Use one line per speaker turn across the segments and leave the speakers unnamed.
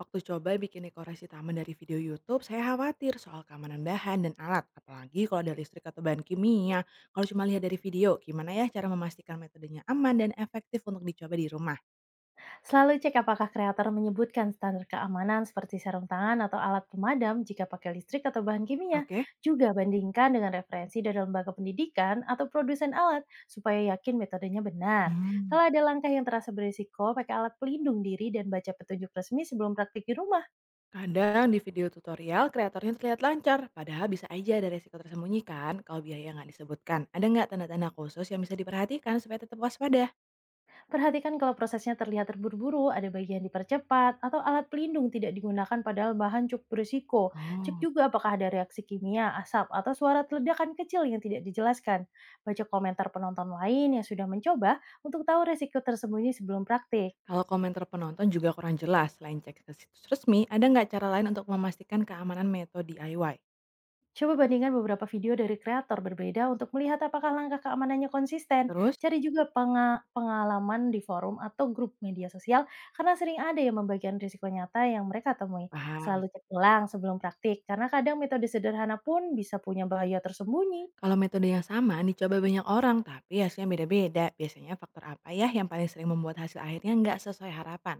Waktu coba bikin dekorasi taman dari video YouTube, saya khawatir soal keamanan bahan dan alat, apalagi kalau ada listrik atau bahan kimia. Kalau cuma lihat dari video, gimana ya cara memastikan metodenya aman dan efektif untuk dicoba di rumah?
Selalu cek apakah kreator menyebutkan standar keamanan seperti sarung tangan atau alat pemadam jika pakai listrik atau bahan kimia.
Oke.
Juga bandingkan dengan referensi dari lembaga pendidikan atau produsen alat supaya yakin metodenya benar.
Hmm,
Kalau ada langkah yang terasa berisiko, pakai alat pelindung diri dan baca petunjuk resmi sebelum praktik di rumah.
Kadang di video tutorial kreatornya terlihat lancar, padahal bisa aja ada resiko tersembunyi kan kalau biaya nggak disebutkan. Ada nggak tanda-tanda khusus yang bisa diperhatikan supaya tetap waspada?
Perhatikan kalau prosesnya terlihat terburu-buru, ada bagian dipercepat, atau alat pelindung tidak digunakan padahal bahan cukup berisiko. Cek
Oh.
juga apakah ada reaksi kimia, asap, atau suara ledakan kecil yang tidak dijelaskan. Baca komentar penonton lain yang sudah mencoba untuk tahu resiko tersembunyi sebelum praktik.
Kalau komentar penonton juga kurang jelas, selain cek ke situs resmi, ada nggak cara lain untuk memastikan keamanan metode DIY?
Coba bandingkan beberapa video dari kreator berbeda untuk melihat apakah langkah keamanannya konsisten.
Terus?
Cari juga pengalaman di forum atau grup media sosial karena sering ada yang membagikan risiko nyata yang mereka temui.
Paham.
Selalu cek ulang sebelum praktik karena kadang metode sederhana pun bisa punya bahaya tersembunyi.
Kalau metode yang sama dicoba banyak orang, tapi hasilnya beda-beda. Biasanya faktor apa ya yang paling sering membuat hasil akhirnya nggak sesuai harapan?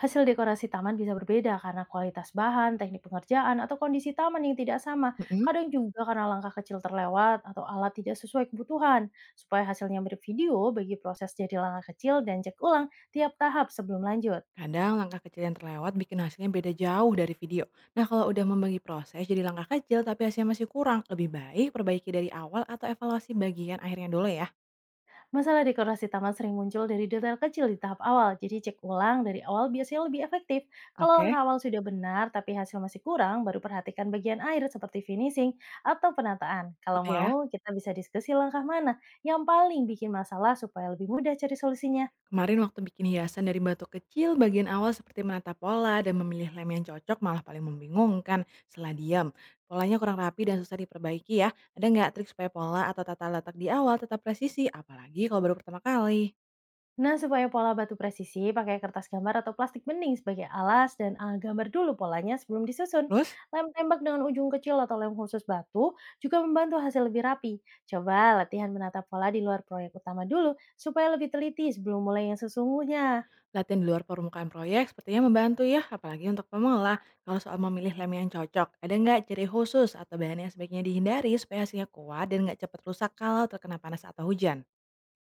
Hasil dekorasi taman bisa berbeda karena kualitas bahan, teknik pengerjaan, atau kondisi taman yang tidak sama.
Mm-mm.
Kadang juga karena langkah kecil terlewat atau alat tidak sesuai kebutuhan. Supaya hasilnya mirip video, bagi proses jadi langkah kecil dan cek ulang tiap tahap sebelum lanjut.
Kadang langkah kecil yang terlewat bikin hasilnya beda jauh dari video. Nah kalau udah membagi proses jadi langkah kecil tapi hasilnya masih kurang, lebih baik perbaiki dari awal atau evaluasi bagian akhirnya dulu ya.
Masalah dekorasi taman sering muncul dari detail kecil di tahap awal, jadi cek ulang dari awal biasanya lebih efektif. Kalau
Oke,
langkah awal sudah benar tapi hasil masih kurang, baru perhatikan bagian akhir seperti finishing atau penataan. Kalau
gitu ya.
mau, kita bisa diskusi langkah mana yang paling bikin masalah supaya lebih mudah cari solusinya.
Kemarin waktu bikin hiasan dari batu kecil, bagian awal seperti menata pola dan memilih lem yang cocok malah paling membingungkan setelah diam. Polanya kurang rapi dan susah diperbaiki ya. Ada nggak trik supaya pola atau tata letak di awal tetap presisi, apalagi kalau baru pertama kali?
Nah, supaya pola batu presisi, pakai kertas gambar atau plastik bening sebagai alas dan gambar dulu polanya sebelum disusun.
Terus,
Lem tembak dengan ujung kecil atau lem khusus batu juga membantu hasil lebih rapi. Coba latihan menata pola di luar proyek utama dulu supaya lebih teliti sebelum mulai yang sesungguhnya.
latihan di luar permukaan proyek sepertinya membantu ya, apalagi untuk pemula. Kalau soal memilih lem yang cocok, ada nggak ciri khusus atau bahan yang sebaiknya dihindari supaya hasilnya kuat dan nggak cepat rusak kalau terkena panas atau hujan?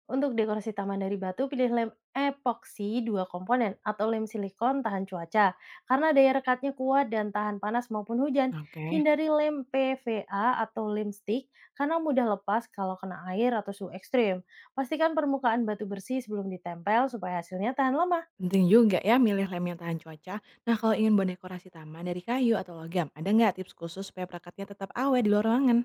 Untuk dekorasi taman dari batu, pilih lem epoksi dua komponen atau lem silikon tahan cuaca karena daya rekatnya kuat dan tahan panas maupun hujan.
Oke.
Hindari lem PVA atau lem stick karena mudah lepas kalau kena air atau suhu ekstrim. Pastikan permukaan batu bersih sebelum ditempel supaya hasilnya tahan lama.
Penting juga ya milih lem yang tahan cuaca. Nah kalau ingin berdekorasi taman dari kayu atau logam, ada nggak tips khusus supaya perangkatnya tetap awet di luar ruangan?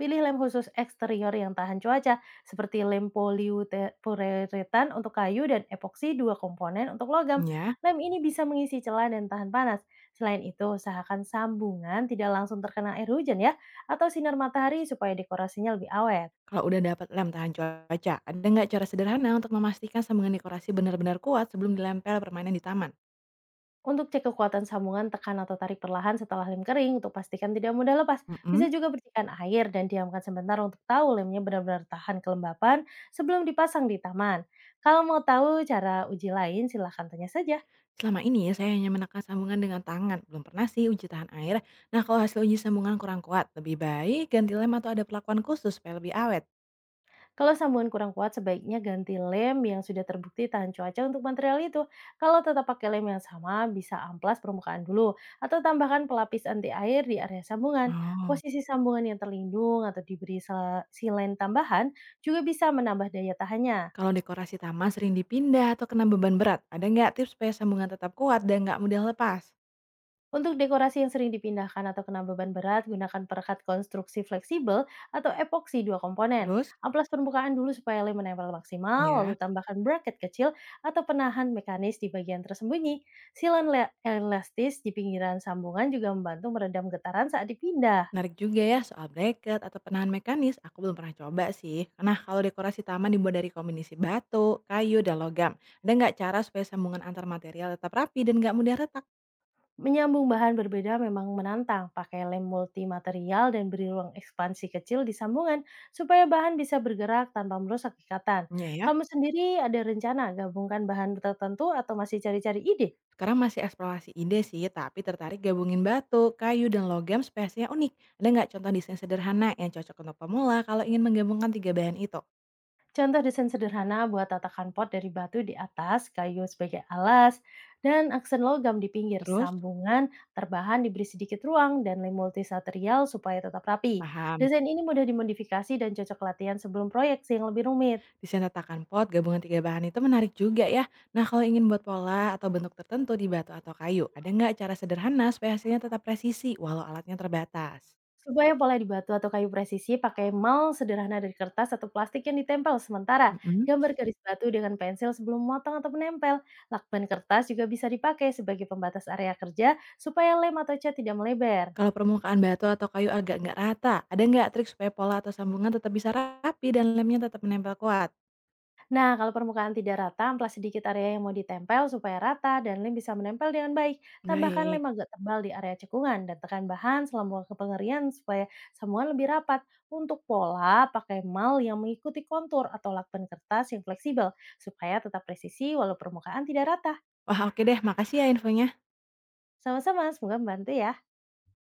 Pilih lem khusus eksterior yang tahan cuaca, seperti lem poliuretan untuk kayu dan epoksi dua komponen untuk logam.
Ya,
Lem ini bisa mengisi celah dan tahan panas. Selain itu, usahakan sambungan tidak langsung terkena air hujan ya, atau sinar matahari supaya dekorasinya lebih awet.
kalau udah dapat lem tahan cuaca, ada nggak cara sederhana untuk memastikan sambungan dekorasi benar-benar kuat sebelum dilempel permanen di taman?
Untuk cek kekuatan sambungan, tekan atau tarik perlahan setelah lem kering untuk pastikan tidak mudah lepas.
Mm-mm.
Bisa juga percikan air dan diamkan sebentar untuk tahu lemnya benar-benar tahan kelembapan sebelum dipasang di taman. Kalau mau tahu cara uji lain, silahkan tanya saja.
Selama ini saya hanya menekan sambungan dengan tangan, belum pernah sih uji tahan air. Nah kalau hasil uji sambungan kurang kuat, lebih baik ganti lem atau ada perlakuan khusus supaya lebih awet.
Kalau sambungan kurang kuat, sebaiknya ganti lem yang sudah terbukti tahan cuaca untuk material itu. Kalau tetap pakai lem yang sama, bisa amplas permukaan dulu, atau tambahkan pelapis anti air di area sambungan.
Oh.
Posisi sambungan yang terlindung atau diberi silen tambahan juga bisa menambah daya tahannya.
Kalau dekorasi taman sering dipindah atau kena beban berat, ada nggak tips supaya sambungan tetap kuat dan nggak mudah lepas?
Untuk dekorasi yang sering dipindahkan atau kena beban berat, gunakan perekat konstruksi fleksibel atau epoksi dua komponen.
Terus,
Amplas permukaan dulu supaya lem menempel maksimal, lalu
ya,
tambahkan bracket kecil atau penahan mekanis di bagian tersembunyi. Silan elastis di pinggiran sambungan juga membantu meredam getaran saat dipindah.
menarik juga ya soal bracket atau penahan mekanis, aku belum pernah coba sih. Karena kalau dekorasi taman dibuat dari kombinasi batu, kayu, dan logam, ada nggak cara supaya sambungan antar material tetap rapi dan nggak mudah retak?
Menyambung bahan berbeda memang menantang. Pakai lem multimaterial dan beri ruang ekspansi kecil di sambungan supaya bahan bisa bergerak tanpa merusak ikatan.
Ya ya,
Kamu sendiri ada rencana gabungkan bahan tertentu atau masih cari-cari ide?
sekarang masih eksplorasi ide sih, tapi tertarik gabungin batu, kayu, dan logam supaya hasilnya unik. Ada nggak contoh desain sederhana yang cocok untuk pemula kalau ingin menggabungkan tiga bahan itu?
Contoh desain sederhana buat tatakan pot dari batu di atas, kayu sebagai alas, dan aksen logam di pinggir.
Terus,
Sambungan terbahan diberi sedikit ruang dan lem multimaterial supaya tetap rapi.
paham.
Desain ini mudah dimodifikasi dan cocok latihan sebelum proyek yang lebih rumit.
Desain tatakan pot gabungan tiga bahan itu menarik juga ya. Nah kalau ingin buat pola atau bentuk tertentu di batu atau kayu, ada nggak cara sederhana supaya hasilnya tetap presisi walau alatnya terbatas?
Supaya pola di batu atau kayu presisi pakai mal sederhana dari kertas atau plastik yang ditempel sementara.
Mm-mm.
Gambar garis batu dengan pensil sebelum memotong atau menempel. Lakban kertas juga bisa dipakai sebagai pembatas area kerja supaya lem atau cat tidak melebar.
Kalau permukaan batu atau kayu agak nggak rata, ada nggak trik supaya pola atau sambungan tetap bisa rapi dan lemnya tetap menempel kuat?
Nah, kalau permukaan tidak rata, amplas sedikit area yang mau ditempel supaya rata dan lem bisa menempel dengan baik. Tambahkan
Baik.
lem agak tebal di area cekungan dan tekan bahan selama waktu pengerian supaya semua lebih rapat. Untuk pola, pakai mal yang mengikuti kontur atau lakban kertas yang fleksibel supaya tetap presisi walau permukaan tidak rata.
Wah oke deh, makasih ya infonya.
Sama-sama, semoga membantu ya.